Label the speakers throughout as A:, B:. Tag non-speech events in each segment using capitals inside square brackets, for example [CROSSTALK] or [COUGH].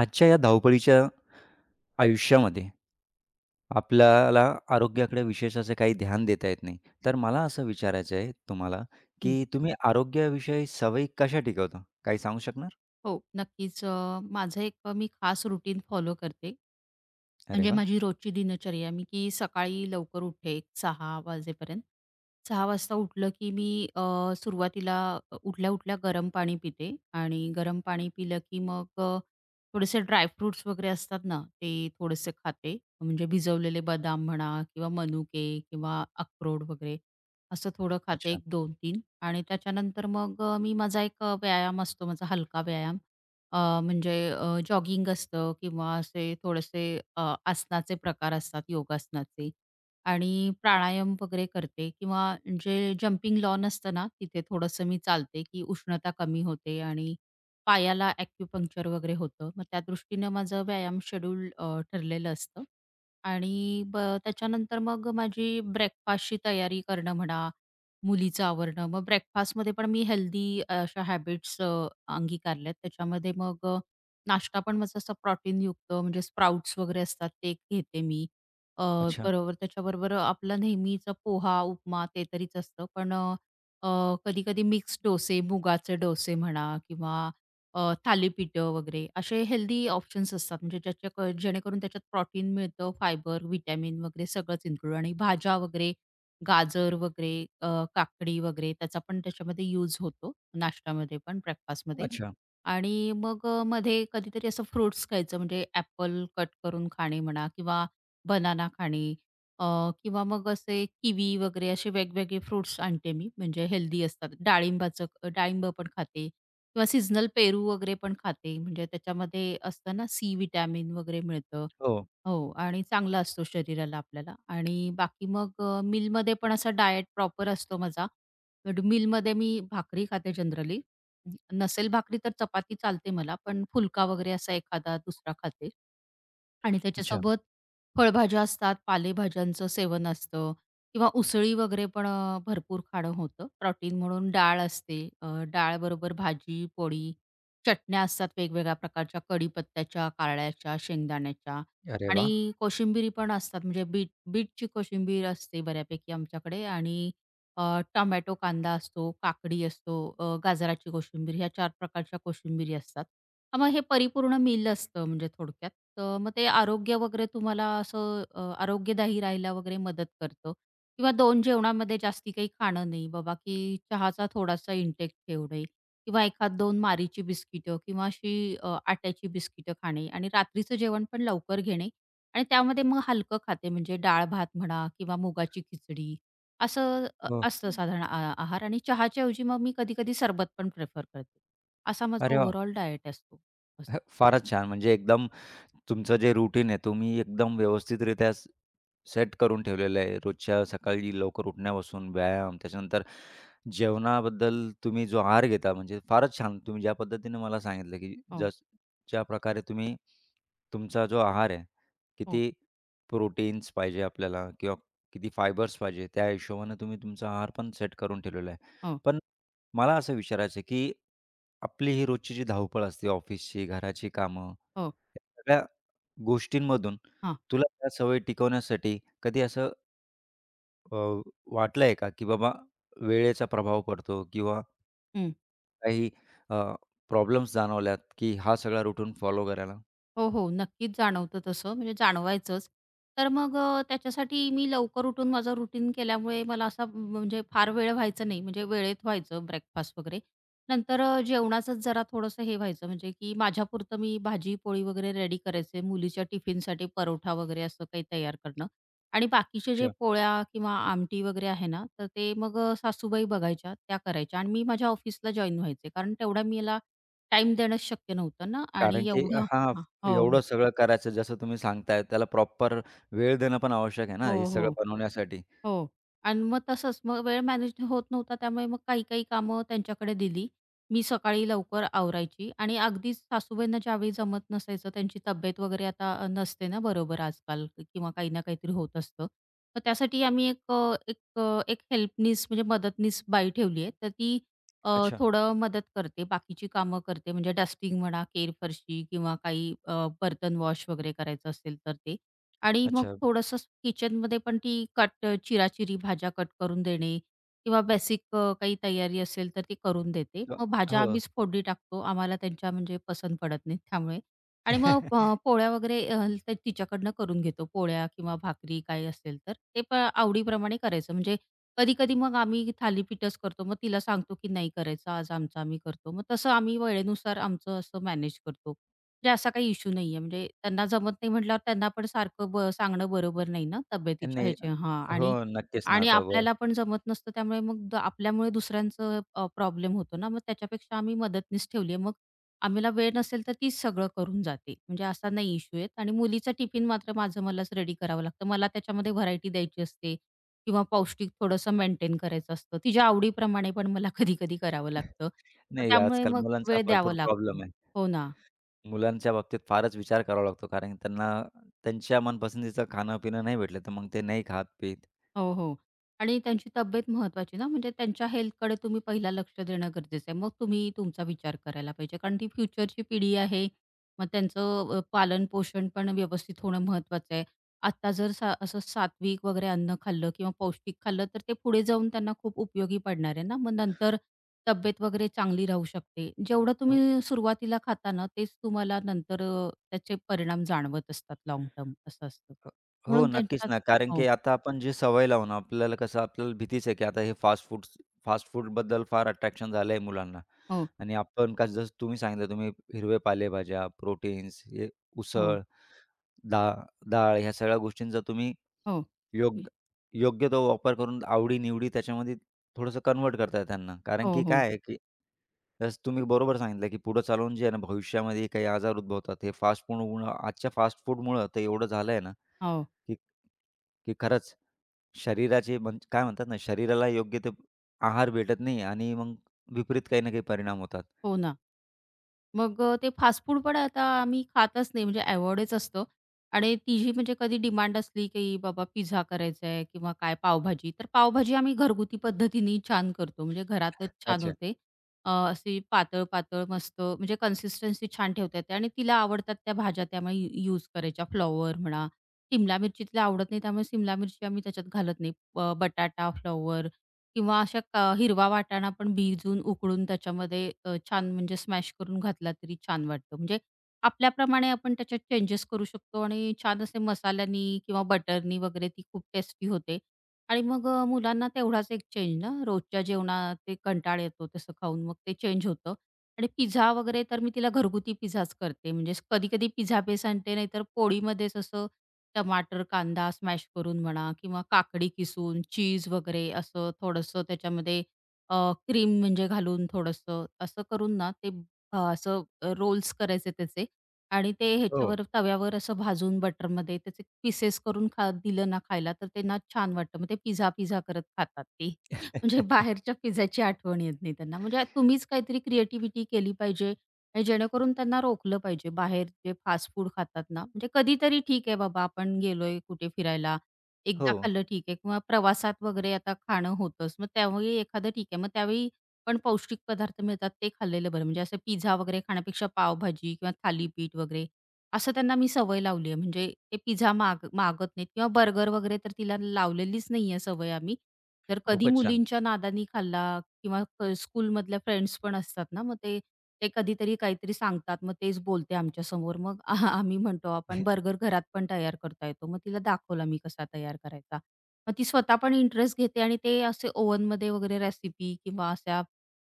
A: आजच्या या धावपळीच्या आयुष्यामध्ये आपल्याला आरोग्याकडे विशेष असे काही ध्यान देता येत नाही. तर मला असं विचारायचं आहे तुम्हाला,
B: हं.
A: की तुम्ही आरोग्याविषयी सवयी कशा टिकवता? काही सांगू शकणार?
B: हो, नक्कीच. माझं मी खास रुटीन फॉलो करते.
A: अरे
B: म्हणजे
A: वा.
B: माझी रोजची दिनचर्या मी की सकाळी लवकर उठते 6 वाजेपर्यंत. 6 वाजता उठलं की मी अ, सुरुवातीला उठल्या-उठल्या गरम पाणी पिते आणि गरम पाणी पिलं की मग थोडेसे ड्राय फ्रुट्स वगैरे असतात ना, ते थोडेसे खाते. म्हणजे भिजवलेले बदाम म्हणा किंवा मनुके किंवा अक्रोड वगैरे असं थोडं खाते
A: अच्छा,
B: 1, 2, 3 आणि त्याच्यानंतर मग मी माझा व्यायाम असतो, माझा हलका व्यायाम. म्हणजे जॉगिंग असतं किंवा असे थोडेसे आसनाचे प्रकार असतात योगासनाचे. आणि प्राणायाम वगैरे करते किंवा जे जंपिंग लॉन असतं ना, तिथे थोडंसं मी चालते, की उष्णता कमी होते आणि पायाला ॲक्युपंक्चर वगैरे होतं. मग त्या दृष्टीनं माझं व्यायाम शेड्यूल ठरलेलं असतं. आणि त्याच्यानंतर मग माझी ब्रेकफास्टची तयारी करणं म्हणा, मुलीचं आवरणं. मग ब्रेकफास्टमध्ये पण मी हेल्दी अशा हॅबिट्स अंगीकारल्यात. त्याच्यामध्ये मग नाश्ता पण माझा असा प्रोटीनयुक्त म्हणजे स्प्राउट्स वगैरे असतात ते घेते मी अ,
A: अच्छा,
B: बरोबर. त्याच्याबरोबर आपला नेहमीचा पोहा, उपमा ते तरीच असतं. पण कधी-कधी मिक्स डोसे, मुगाचे डोसे म्हणा किंवा अ, थालीपीठं वगैरे असे हेल्दी ऑप्शन्स असतात. म्हणजे जेणेकरून त्याच्यात प्रोटीन मिळतं, फायबर, व्हिटॅमिन वगैरे सगळंच इन्क्लूड आणि भाज्या वगैरे, गाजर वगैरे, अ, काकडी वगैरे त्याचा पण त्याच्यामध्ये यूज होतो. नाश्त्यामध्ये पण, ब्रेकफास्टमध्ये.
A: अच्छा.
B: आणि मग मध्ये कधीतरी असं फ्रुट्स खायचं म्हणजे ॲपल कट करून खाणे म्हणा किंवा बनाना खाणे अ, किंवा मग असे किवी वगैरे असे वेगवेगळे फ्रुट्स आणते मी, म्हणजे हेल्दी असतात. डाळिंब पण खाते किंवा सीझनल पेरू वगैरे पण खाते. म्हणजे त्याच्यामध्ये असतं ना सी विटॅमिन वगैरे मिळतं.
A: हो,
B: हो आणि चांगला असतो शरीराला आपल्याला आणि बाकी मग पण असा डायट प्रॉपर असतो माझा. बट मी भाकरी खाते जनरली. नसेल भाकरी तर चपाती चालते मला, पण फुलका वगैरे असा एखादा दुसरा खाते. आणि
A: अच्छा.
B: त्याच्यासोबत फळभाज्या असतात, पालेभाज्यांचं सेवन असतं किंवा उसळी वगैरे पण भरपूर खाणं होतं. प्रोटीन म्हणून डाळ असते. डाळबरोबर भाजी, पोळी, चटण्या असतात वेगवेगळ्या प्रकारच्या कढीपत्त्याच्या, कारळ्याच्या, शेंगदाण्याच्या
A: अरे वाह!
B: आणि कोशिंबिरी पण असतात. म्हणजे बीटची कोशिंबीर असते बऱ्यापैकी आमच्याकडे आणि टोमॅटो कांदा असतो, काकडी असतो, गाजराची कोशिंबीर ह्या चार प्रकारच्या कोशिंबिरी असतात. हां, मग हे परिपूर्ण मील असतं म्हणजे थोडक्यात. तर मग ते आरोग्य वगैरे तुम्हाला असं आरोग्यदायी राहायला वगैरे मदत करतं किंवा दोन जेवणामध्ये जास्ती काही खाणं नाही बाबा, की चहाचा थोडासा इंटेक ठेवणे किंवा एखाद 2 मारीची बिस्किटं किंवा अशी आट्याची बिस्किटं खाणे आणि रात्रीचं जेवण पण लवकर घेणे आणि त्यामध्ये मग हलकं खाते म्हणजे डाळ-भात म्हणा किंवा मुगाची खिचडी असं
A: हो.
B: असतं साधारण आहार आणि चहाच्या ऐवजी मग मी कधी-कधी सरबत पण प्रेफर करते. असा माझा
A: अरे वाह!
B: ओव्हरऑल डायट असतो. असं.
A: हं, फारच छान. म्हणजे एकदम तुमचं जे रुटीन आहे, तुम्ही एकदम व्यवस्थितरित्या सेट करून ठेवलेलं आहे. रोजच्या सकाळी लवकर उठण्यापासून व्यायाम, त्याच्यानंतर जेवणाबद्दल तुम्ही जो आहार घेता, म्हणजे फारच छान. तुम्ही ज्या पद्धतीने मला सांगितलं, की
B: हो,
A: ज्या प्रकारे तुम्ही तुमचा जो आहार आहे,
B: हो,
A: किती प्रोटीन्स पाहिजे आपल्याला किंवा किती फायबर्स पाहिजे, त्या हिशोबाने तुम्ही तुमचा आहार पण सेट करून ठेवलेला आहे.
B: हो,
A: पण मला असं विचारायचं आहे, की आपली ही रोजची जी धावपळ असते, ऑफिसची, घराची कामं,
B: हो.
A: सगळ्या गोष्टींमधून
B: हां.
A: तुला त्या सवयी टिकवण्यासाठी कधी असं अ, वाटलंय का, की बाबा वेळेचा प्रभाव पडतो किंवा काही अ, प्रॉब्लेम्स जाणवल्यात, की हा सगळा रुटीन फॉलो करायला?
B: हो, हो. नक्कीच जाणवतं तसं, म्हणजे जाणवायचंच. तर मग त्याच्यासाठी मी लवकर उठून माझं रुटीन केल्यामुळे मला असा म्हणजे फार वेळ व्हायचं नाही, म्हणजे वेळेत व्हायचं ब्रेकफास्ट वगैरे. नंतर जेवणाचंच जरा थोडंसं हे व्हायचं, म्हणजे की माझ्यापुरतं मी भाजी-पोळी वगैरे रेडी करायचे, मुलीच्या टिफिनसाठी परोठा वगैरे असं काही तयार करणं आणि बाकीचे जे
A: अच्छा.
B: पोळ्या किंवा आमटी वगैरे आहे ना, तर ते मग सासूबाई बघायच्या, त्या करायच्या आणि मी माझ्या ऑफिसला जॉइन व्हायचे. कारण तेवढा मला टाईम देणं शक्य नव्हतं ना
A: कारण
B: आणि
A: की,
B: एवढं
A: हां,
B: हां. हो,
A: एवढं सगळं करायचं जसं तुम्ही सांगताय, त्याला प्रॉपर वेळ देणं पण आवश्यक आहे ना,
B: हो,
A: हे
B: हो,
A: सगळं बनवण्यासाठी.
B: हो. आणि मग तसंच मग वेळ मॅनेज होत नव्हता त्यामुळे मग काही-काही कामं त्यांच्याकडे दिली. मी सकाळी लवकर आवरायची आणि अगदीच सासूबाईंना ज्यावेळी जमत नसायचं त्यांची तब्येत वगैरे आता नसते ना बरोबर आजकाल किंवा काही ना काहीतरी होत असतं. तर त्यासाठी आम्ही एक हेल्पनीस म्हणजे मदतनीस बाई ठेवली आहे. तर ती अ,
A: अच्छा.
B: थोडं मदत करते, बाकीची कामं करते म्हणजे डस्टिंग म्हणा, केर फरशी किंवा काही बर्तन वॉश वगैरे करायचं असेल तर ते. आणि मग
A: अच्छा.
B: थोडंसं किचनमध्ये पण ती कट चिराचिरी भाज्या कट करून देणे किंवा बेसिक काही तयारी असेल तर ती करून देते.
A: अ,
B: मग भाज्या
A: हो.
B: आम्हीच फोडणी टाकतो. आम्हाला त्यांच्या म्हणजे पसंत पडत नाहीत त्यामुळे. आणि मग
A: [LAUGHS]
B: पोळ्या तर तिच्याकडनं करून घेतो. पोळ्या किंवा भाकरी काही असेल तर ते आवडीप्रमाणे करायचं. म्हणजे कधी-कधी मग आम्ही थालीपीठच करतो. मग तिला सांगतो, की "नाही करायचं आज आमचं आम्ही करतो." मग तसं आम्ही वेळेनुसार आमचं असं मॅनेज करतो. म्हणजे असा काही इश्यू नाहीये. म्हणजे त्यांना जमत नाही म्हटल्यावर त्यांना पण सारखं सांगणं बरोबर नाही ना तब्येतीच्या
A: नाही.
B: ह्याच्या हां.
A: हो,
B: आणि
A: नक्कीच ना
B: आणि
A: आता
B: आपल्याला पण जमत नसतं त्यामुळे मग आपल्यामुळे दुसऱ्यांचं प्रॉब्लेम होतो ना. मग त्याच्यापेक्षा आम्ही मदतनीस ठेवली आहे. मग आम्हाला वेळ नसेल तर तीच सगळं करून जाते. म्हणजे असा नाही इश्यू आहे. आणि मुलीचा टिफिन मात्र माझं मलाच रेडी करावं लागतं. मला त्याच्यामध्ये व्हरायटी द्यायची असते किंवा पौष्टिक थोडंसं मेंटेन करायचं असतं. तिच्या आवडीप्रमाणे पण मला कधी-कधी करावं लागतं. मग
A: नाही,
B: त्यामुळे
A: आजकाल
B: मग
A: मुलांचा
B: वेळ द्यावा
A: भरपूर
B: लागतो.
A: प्रॉब्लेम आहे.
B: हो ना.
A: मुलांच्या बाबतीत फारच विचार करावा लागतो, कारण त्यांना त्यांच्या मनपसंतीचं खाणं-पिणं नाही भेटलं, तर मग ते नाही खात-पीत.
B: हो, हो. आणि त्यांची तब्येत महत्त्वाची ना, म्हणजे त्यांच्या हेल्थकडे तुम्ही पहिला लक्ष देणं गरजेचं आहे. मग तुम्ही तुमचा विचार करायला पाहिजे. कारण ती फ्युचरची पिढी आहे. मग त्यांचं पालन-पोषण पण व्यवस्थित होणं महत्त्वाचं आहे. आत्ता जर असं सात्विक वगैरे अन्न खाल्लं किंवा पौष्टिक खाल्लं, तर ते पुढे जाऊन त्यांना खूप उपयोगी पडणार आहे ना. मग नंतर तब्येत वगैरे चांगली राहू शकते. जेवढं
A: हो,
B: तुम्ही सुरुवातीला खाता ना, तेच तुम्हाला नंतर त्याचे परिणाम जाणवत असतात लाँग टर्म असं असतं.
A: हो,
B: म्हणून
A: नक्कीच
B: त्यांच्यात
A: ना. कारण
B: हो,
A: की आता आपण जी सवय लावू ना, आपल्याला कसं आपल्याला भीतीच आहे, की आता हे फास्ट फूडबद्दल फार अट्रॅक्शन झालं आहे मुलांना
B: हो,
A: आणि आपण का जसं तुम्ही सांगितलं, तुम्ही हिरवे पालेभाज्या, प्रोटीन्स, हे
B: हो.
A: उसळ, डाळ डाळ ह्या सगळ्या गोष्टींचा तुम्ही
B: हो.
A: योग योग्य तो वापर करून आवडी-निवडी त्याच्यामध्ये थोडंसं कन्व्हर्ट करताय त्यांना. कारण की
B: हो, हो.
A: काय आहे, की जसं तुम्ही बरोबर सांगितलं, की पुढे चालून जे आहे ना, भविष्यामध्ये काही आजार उद्भवतात. हे फास्ट फूडमुळं आजच्या फास्ट फूडमुळं तर एवढं झालंय ना,
B: हो.
A: की की खरंच शरीराचे म्हणजे काय म्हणतात ना, शरीराला योग्य ते आहार भेटत नाही आणि मग विपरीत काही ना काही परिणाम होतात.
B: हो ना. मग ते फास्ट फूड पण आता आम्ही खातच नाही म्हणजे अव्हॉइडच असतं आणि तिची म्हणजे कधी डिमांड असली, की बाबा पिझ्झा करायचा आहे किंवा काय पावभाजी, तर पावभाजी आम्ही घरगुती पद्धतीने छान करतो. म्हणजे घरातच छान
A: अच्छा.
B: होते. अशी पातळ-पातळ मस्त म्हणजे कन्सिस्टन्सी छान ठेवता येते आणि तिला आवडतात त्या भाज्या त्यामुळे यूज करायच्या. फ्लॉवर म्हणा, शिमला मिरची तिला आवडत नाही त्यामुळे शिमला मिरची आम्ही त्याच्यात घालत नाही. बटाटा, फ्लॉवर किंवा अशा हिरवा वाटाणा पण भिजून उकळून त्याच्यामध्ये छान म्हणजे स्मॅश करून घातला तरी छान वाटतं. म्हणजे आपल्याप्रमाणे आपण त्याच्यात चेंजेस करू शकतो आणि छान असे मसाल्यानी किंवा बटरनी वगैरे ती खूप टेस्टी होते. आणि मग मुलांना तेवढाच एक चेंज ना, रोजच्या जेवणात ते कंटाळा येतो तसं खाऊन मग ते चेंज होतं. आणि पिझ्झा वगैरे तर मी तिला घरगुती पिझ्झाच करते. म्हणजे कधी-कधी पिझ्झा बेस आणते नाहीतर पोळीमध्येच असं टमाटर, कांदा स्मॅश करून म्हणा किंवा काकडी किसून, चीज वगैरे असं थोडंसं त्याच्यामध्ये अ, क्रीम म्हणजे घालून थोडंसं असं करून ना ते अ, असं रोल्स करायचे त्याचे आणि ते
A: हो.
B: ह्याच्यावर तव्यावर असं भाजून बटरमध्ये त्याचे पीसेस करून दिलं ना खायला, तर त्यांना छान वाटतं. मग ते पिझ्झा-पिझ्झा करत खातात ते. [LAUGHS] म्हणजे
A: [LAUGHS]
B: बाहेरच्या पिझ्झाची आठवण येत नाही त्यांना. म्हणजे तुम्हीच काहीतरी क्रिएटिव्हिटी केली पाहिजे आणि जेणेकरून त्यांना रोखलं पाहिजे. बाहेर जे फास्ट फूड खातात ना, म्हणजे कधीतरी ठीक आहे बाबा आपण गेलोय कुठे फिरायला,
A: हो,
B: एकदा खाल्लं ठीक आहे किंवा प्रवासात वगैरे आता खाणं होतंच. मग त्यावेळी एखादं ठीक आहे. मग त्यावेळी पण पौष्टिक पदार्थ मिळतात ते खाल्लेलं बरं. म्हणजे असं पिझ्झा वगैरे खाण्यापेक्षा पावभाजी किंवा थालीपीठ वगैरे असं त्यांना मी सवय लावली आहे. म्हणजे ते पिझ्झा मागत नाहीत किंवा बर्गर वगैरे तर तिला लावलेलीच नाही आहे सवय आम्ही. तर कधी
A: खूपच छान.
B: मुलींच्या नादानी खाल्ला किंवा स्कूलमधल्या फ्रेंड्स पण असतात ना, मग ते ते कधीतरी काहीतरी सांगतात, मग तेच बोलते आमच्यासमोर. मग [LAUGHS] आहा आम्ही म्हणतो, "आपण बर्गर घरात पण तयार करता येतो." मग तिला दाखवला मी कसा तयार करायचा. मग ती स्वतः पण इंटरेस्ट घेते आणि ते असे ओव्हनमध्ये वगैरे रेसिपी किंवा अशा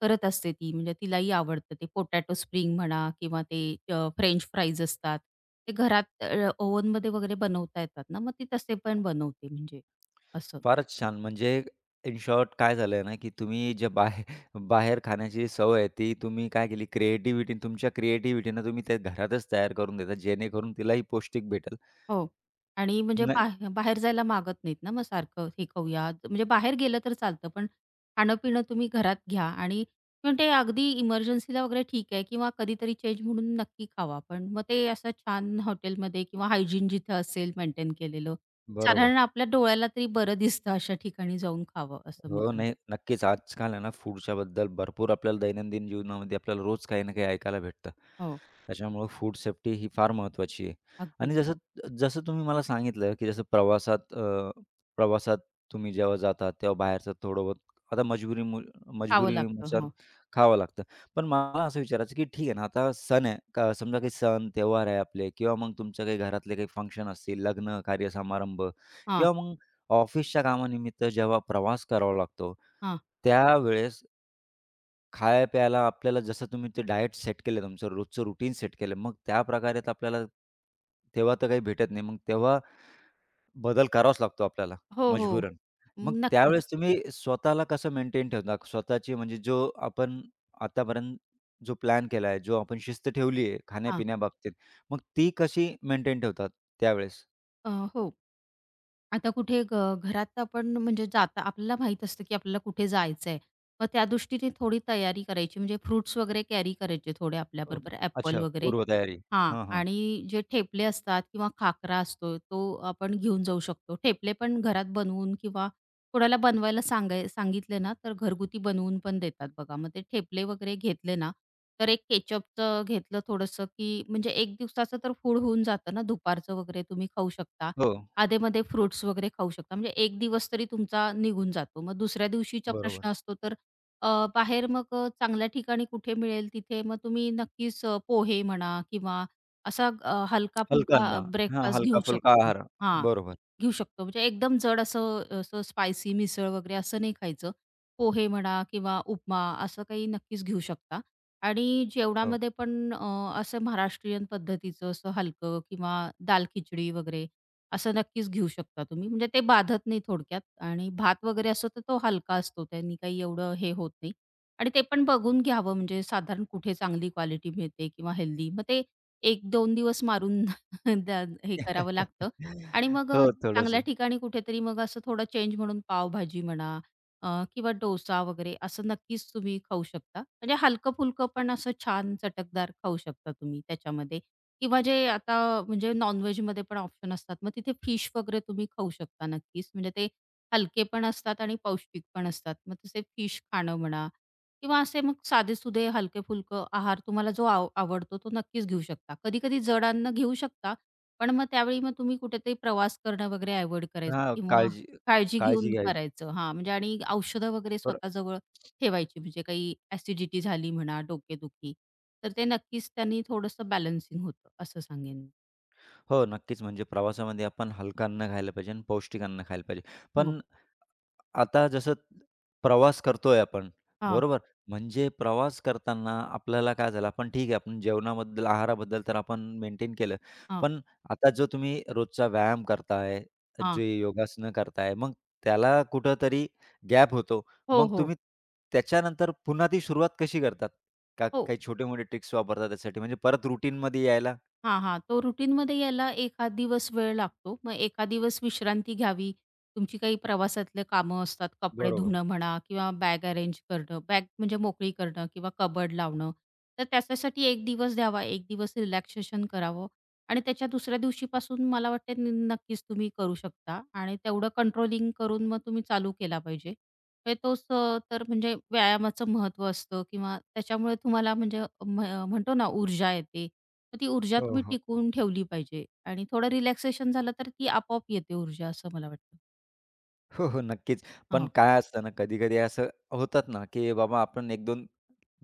B: करत असते ती. म्हणजे तिलाही आवडतं ते पोटॅटो स्प्रिंग म्हणा किंवा ते फ्रेंच फ्राईज असतात. ते घरात ओव्हनमध्ये वगैरे बनवता येतात ना, मग ती तसे पण बनवते म्हणजे असं.
A: फारच छान. म्हणजे इन शॉर्ट काय झालंय ना, की तुम्ही जे बाहेर बाहेर खाण्याची सवय आहे, ती तुम्ही काय केली क्रिएटिव्हिटी तुमच्या क्रिएटिव्हिटीनं तुम्ही ते घरातच तयार करून देता, जेणेकरून तिलाही पौष्टिक भेटेल.
B: हो. आणि म्हणजे
A: नाही,
B: बाहेर जायला मागत नाहीत ना मग सारखं, "हे खाऊया." म्हणजे बाहेर गेलं तर चालतं, पण खाणं-पिणं तुम्ही घरात घ्या आणि पण ते अगदी इमर्जन्सीला वगैरे ठीक आहे किंवा कधीतरी चेंज म्हणून नक्की खावा. पण मग ते असं छान हॉटेलमध्ये किंवा हायजीन जिथं असेल मेंटेन केलेलं, साधारण
A: बरोबर.
B: आपल्या डोळ्याला तरी बरं दिसतं अशा ठिकाणी जाऊन खावं, असं मी
A: हो,
B: सांगेन.
A: नाही, नक्कीच. आजकाल आहे ना फूडच्याबद्दल भरपूर आपल्याला दैनंदिन जीवनामध्ये आपल्याला रोज काही ना काही ऐकायला भेटतं.
B: हो,
A: त्याच्यामुळं फूड सेफ्टी ही फार महत्त्वाची आहे.
B: अगदी.
A: आणि जसं जसं तुम्ही मला सांगितलं, की जसं प्रवासात प्रवासात तुम्ही जेव्हा जाता तेव्हा बाहेरचं थोडं बहुत आता
B: खावं लागतं.
A: मजबुरीनुसार
B: हो.
A: खावं लागतं. पण मला असं विचारायचं, की ठीक आहे ना, आता सण आहे, का समजा काही सण, त्योहार आहे आपले किंवा मग तुमच्या काही घरातले काही फंक्शन असतील, लग्न, कार्यसमारंभ
B: हां,
A: किंवा मग ऑफिसच्या कामानिमित्त जेव्हा प्रवास करावा लागतो,
B: हां.
A: त्यावेळेस खाया-प्यायला आपल्याला जसं तुम्ही ते डायट सेट केलं तुमचं रोजचं रुटीन सेट केलं, मग त्याप्रकारे तर आपल्याला तेव्हा तर काही भेटत नाही. मग तेव्हा बदल करावाच लागतो आपल्याला
B: हो, हो.
A: मजबुरन. मग
B: नक्कीच.
A: त्यावेळेस तुम्ही स्वतःला कसं मेंटेन ठेवता? स्वतःची म्हणजे जो आपण आतापर्यंत जो प्लॅन केला आहे, जो आपण शिस्त ठेवली आहे
B: हां.
A: खाण्यापिण्याबाबतीत, मग ती कशी मेंटेन ठेवतात त्यावेळेस?
B: हो. आता कुठे ग घरात आपण म्हणजे जाता आपल्याला माहीत असतं, की आपल्याला कुठे जायचंय. मग त्या दृष्टीने थोडी तयारी करायची म्हणजे फ्रुट्स वगैरे कॅरी करायचे थोडे
A: अ,
B: आपल्याबरोबर ॲपल
A: अच्छा,
B: वगैरे.
A: पूर्वतयारी.
B: हां
A: हां, हां.
B: आणि जे ठेपले असतात किंवा खाकरा असतो तो आपण घेऊन जाऊ शकतो. ठेपले पण घरात बनवून किंवा कोणाला बनवायला सांगितले ना, तर घरगुती बनवून पण देतात बघा. मग ते ठेपले वगैरे घेतले ना, तर एक केचअपचं घेतलं थोडंसं, की म्हणजे 1 दिवसाचं तर फूड होऊन जातं ना दुपारचं वगैरे तुम्ही खाऊ शकता.
A: हो,
B: अधेमध्ये फ्रुट्स वगैरे खाऊ शकता. म्हणजे एक दिवस तरी तुमचा निघून जातो. मग दुसऱ्या दिवशीचा
A: बरोबर.
B: प्रश्न असतो तर अ, बाहेर मग चांगल्या ठिकाणी कुठे मिळेल तिथे मग तुम्ही नक्कीच पोहे म्हणा किंवा असा
A: हलकं
B: हलका-फुलका
A: अन्न. हां,
B: ब्रेकफास्ट घेऊ
A: हलका-फुलका
B: शकता.
A: आहार.
B: हां,
A: बरोबर.
B: घेऊ शकतो. म्हणजे एकदम जड असं असं स्पायसी मिसळ वगैरे असं नाही खायचं. पोहे म्हणा किंवा उपमा असं काही नक्कीच घेऊ शकता. आणि
A: हो.
B: जेवणामध्ये पण असं महाराष्ट्रीयन पद्धतीचं असं हलकं किंवा दाल खिचडी वगैरे असं नक्कीच घेऊ शकता तुम्ही. म्हणजे ते बाधत नाही थोडक्यात आणि भात वगैरे असतो तर तो हलका असतो. त्यांनी काही एवढं हे होत नाही आणि ते पण बघून घ्यावं म्हणजे साधारण कुठे चांगली क्वालिटी मिळते किंवा हेल्दी. मग ते 1-2 दिवस मारून [LAUGHS] द्या हे करावं लागतं आणि
A: [LAUGHS]
B: मग
A: हो,
B: चांगल्या
A: थोडंसं.
B: ठिकाणी कुठेतरी मग असं थोडं चेंज म्हणून पावभाजी म्हणा अ, किंवा डोसा वगैरे असं नक्कीच तुम्ही खाऊ शकता. म्हणजे हलकं-फुलकं पण असं छान चटकदार खाऊ शकता तुम्ही त्याच्यामध्ये. किंवा जे आता म्हणजे नॉन-व्हेजमध्ये पण ऑप्शन असतात. मग तिथे फिश वगैरे तुम्ही खाऊ शकता नक्कीच. म्हणजे ते हलके पण असतात आणि पौष्टिक पण असतात. मग तसे फिश खाणं म्हणा किंवा असे मग साधे-सुधे, हलके फुलकं आहार तुम्हाला जो आवडतो तो नक्कीच घेऊ शकता. कधी-कधी जड अन्न घेऊ शकता, पण मग त्यावेळी मग तुम्ही कुठेतरी प्रवास करणं वगैरे अव्हॉइड करायचं
A: हां,
B: किंवा
A: काळजी
B: काळजी
A: काळजी
B: घेऊन
A: घ्यावी.
B: करायचं. हां, म्हणजे आणि औषधं वगैरे स्वतः ठेवायची म्हणजे काही ॲसिडिटी झाली म्हणा, डोकेदुखी, तर ते नक्कीच त्यांनी थोडंसं बॅलन्सिंग होतं असं सांगेन मी.
A: हो, नक्कीच. म्हणजे प्रवासामध्ये आपण हलकं अन्न खायला पाहिजे आणि पौष्टिक अन्न खायला पाहिजे.
B: हो.
A: पण आता जसं प्रवास करतोय आपण,
B: हां,
A: बरोबर? म्हणजे प्रवास करताना आपल्याला काय झालं, आपण ठीक आहे, आपण जेवणाबद्दल, आहाराबद्दल तर आपण मेंटेन केलं.
B: हां,
A: पण आता जो तुम्ही रोजचा व्यायाम करताय,
B: हां.
A: जे योगासनं करताय, मग त्याला कुठेतरी गॅप होतो.
B: हो,
A: मग
B: हो.
A: तुम्ही त्याच्यानंतर पुन्हा ती सुरुवात कशी करतात? का
B: हो.
A: काही छोटे-मोठे ट्रिक्स वापरतात त्यासाठी म्हणजे परत रुटीनमध्ये यायला?
B: हां, हां. तो रुटीनमध्ये यायला एखाद दिवस वेळ लागतो. मग एखाद दिवस विश्रांती घ्यावी. तुमची काही प्रवासातले कामं असतात, कपडे
A: बरोबर.
B: धुणं म्हणा किंवा बॅग अरेंज करणं, बॅग म्हणजे मोकळी करणं किंवा कबर्ड लावणं. तर त्याच्यासाठी एक दिवस द्यावा, एक दिवस रिलॅक्सेशन करावं आणि त्याच्या दुसऱ्या दिवशीपासून मला वाटते नक्कीच तुम्ही करू शकता आणि तेवढं कंट्रोलिंग करून मग तुम्ही चालू केला पाहिजे. म्हणजे तोच तर म्हणजे व्यायामाचं महत्त्व असतं किंवा त्याच्यामुळे तुम्हाला म्हणजे म्हणतो ना ऊर्जा येते. तर ती ऊर्जा
A: हो,
B: तुम्ही
A: हो.
B: टिकवून ठेवली पाहिजे आणि थोडं रिलॅक्सेशन झालं तर ती आपोआप येते ऊर्जा असं मला वाटतं.
A: हो, हो, नक्कीच. पण
B: हां.
A: काय असतं ना, कधी-कधी असं होतात ना, की बाबा आपण एक दोन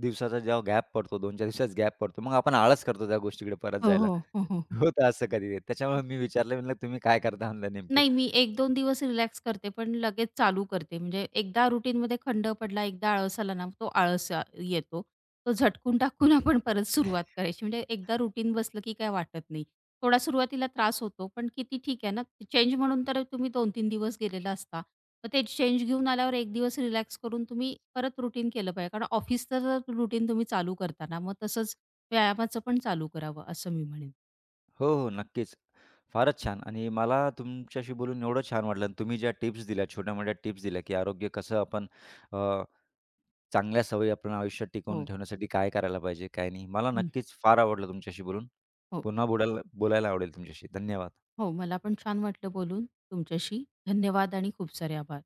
A: दिवसाचा जेव्हा गॅप पडतो, दोन 4 दिवसाचा गॅप पडतो, मग आपण आळस करतो त्या गोष्टीकडे परत
B: हो,
A: जायला.
B: हो. हो, हो.
A: होतं असं कधी. त्याच्यामुळे मी विचारलं म्हणलं, "तुम्ही काय करता?" म्हणलं नेमके.
B: नाही, मी एक 2 दिवस रिलॅक्स करते, पण लगेच चालू करते. म्हणजे एकदा रुटीनमध्ये खंड पडला, एकदा आळस आला ना, तो आळस येतो. तो झटकून टाकून आपण परत सुरुवात करायची. म्हणजे एकदा रुटीन बसलं की काय वाटत नाही. थोडा सुरुवातीला त्रास होतो, पण किती ठीक आहे ना, चेंज म्हणून तर तुम्ही 2-3 दिवस गेलेला असता. मग ते चेंज घेऊन आल्यावर 1 दिवस रिलॅक्स करून तुम्ही परत रुटीन केलं पाहिजे. कारण ऑफिसचं रुटीन तुम्ही चालू करताना, मग तसंच व्यायामाचं पण चालू करावं, असं मी म्हणेन.
A: हो, हो, नक्कीच. फारच छान आणि मला तुमच्याशी बोलून एवढं छान वाटलं आणि तुम्ही ज्या टिप्स दिल्या, छोट्या-मोठ्या टिप्स दिल्या, की आरोग्य कसं आपण अ, चांगल्या सवयी आपण आयुष्यात टिकवून
B: हो.
A: ठेवण्यासाठी काय करायला पाहिजे, काय नाही. मला
B: हं.
A: नक्कीच फार आवडलं तुमच्याशी बोलून.
B: हो
A: पुन्हा बोलायला बोलायला आवडेल तुमच्याशी. धन्यवाद.
B: हो, मला पण छान वाटलं बोलून तुमच्याशी. धन्यवाद आणि खूप सारे आभार.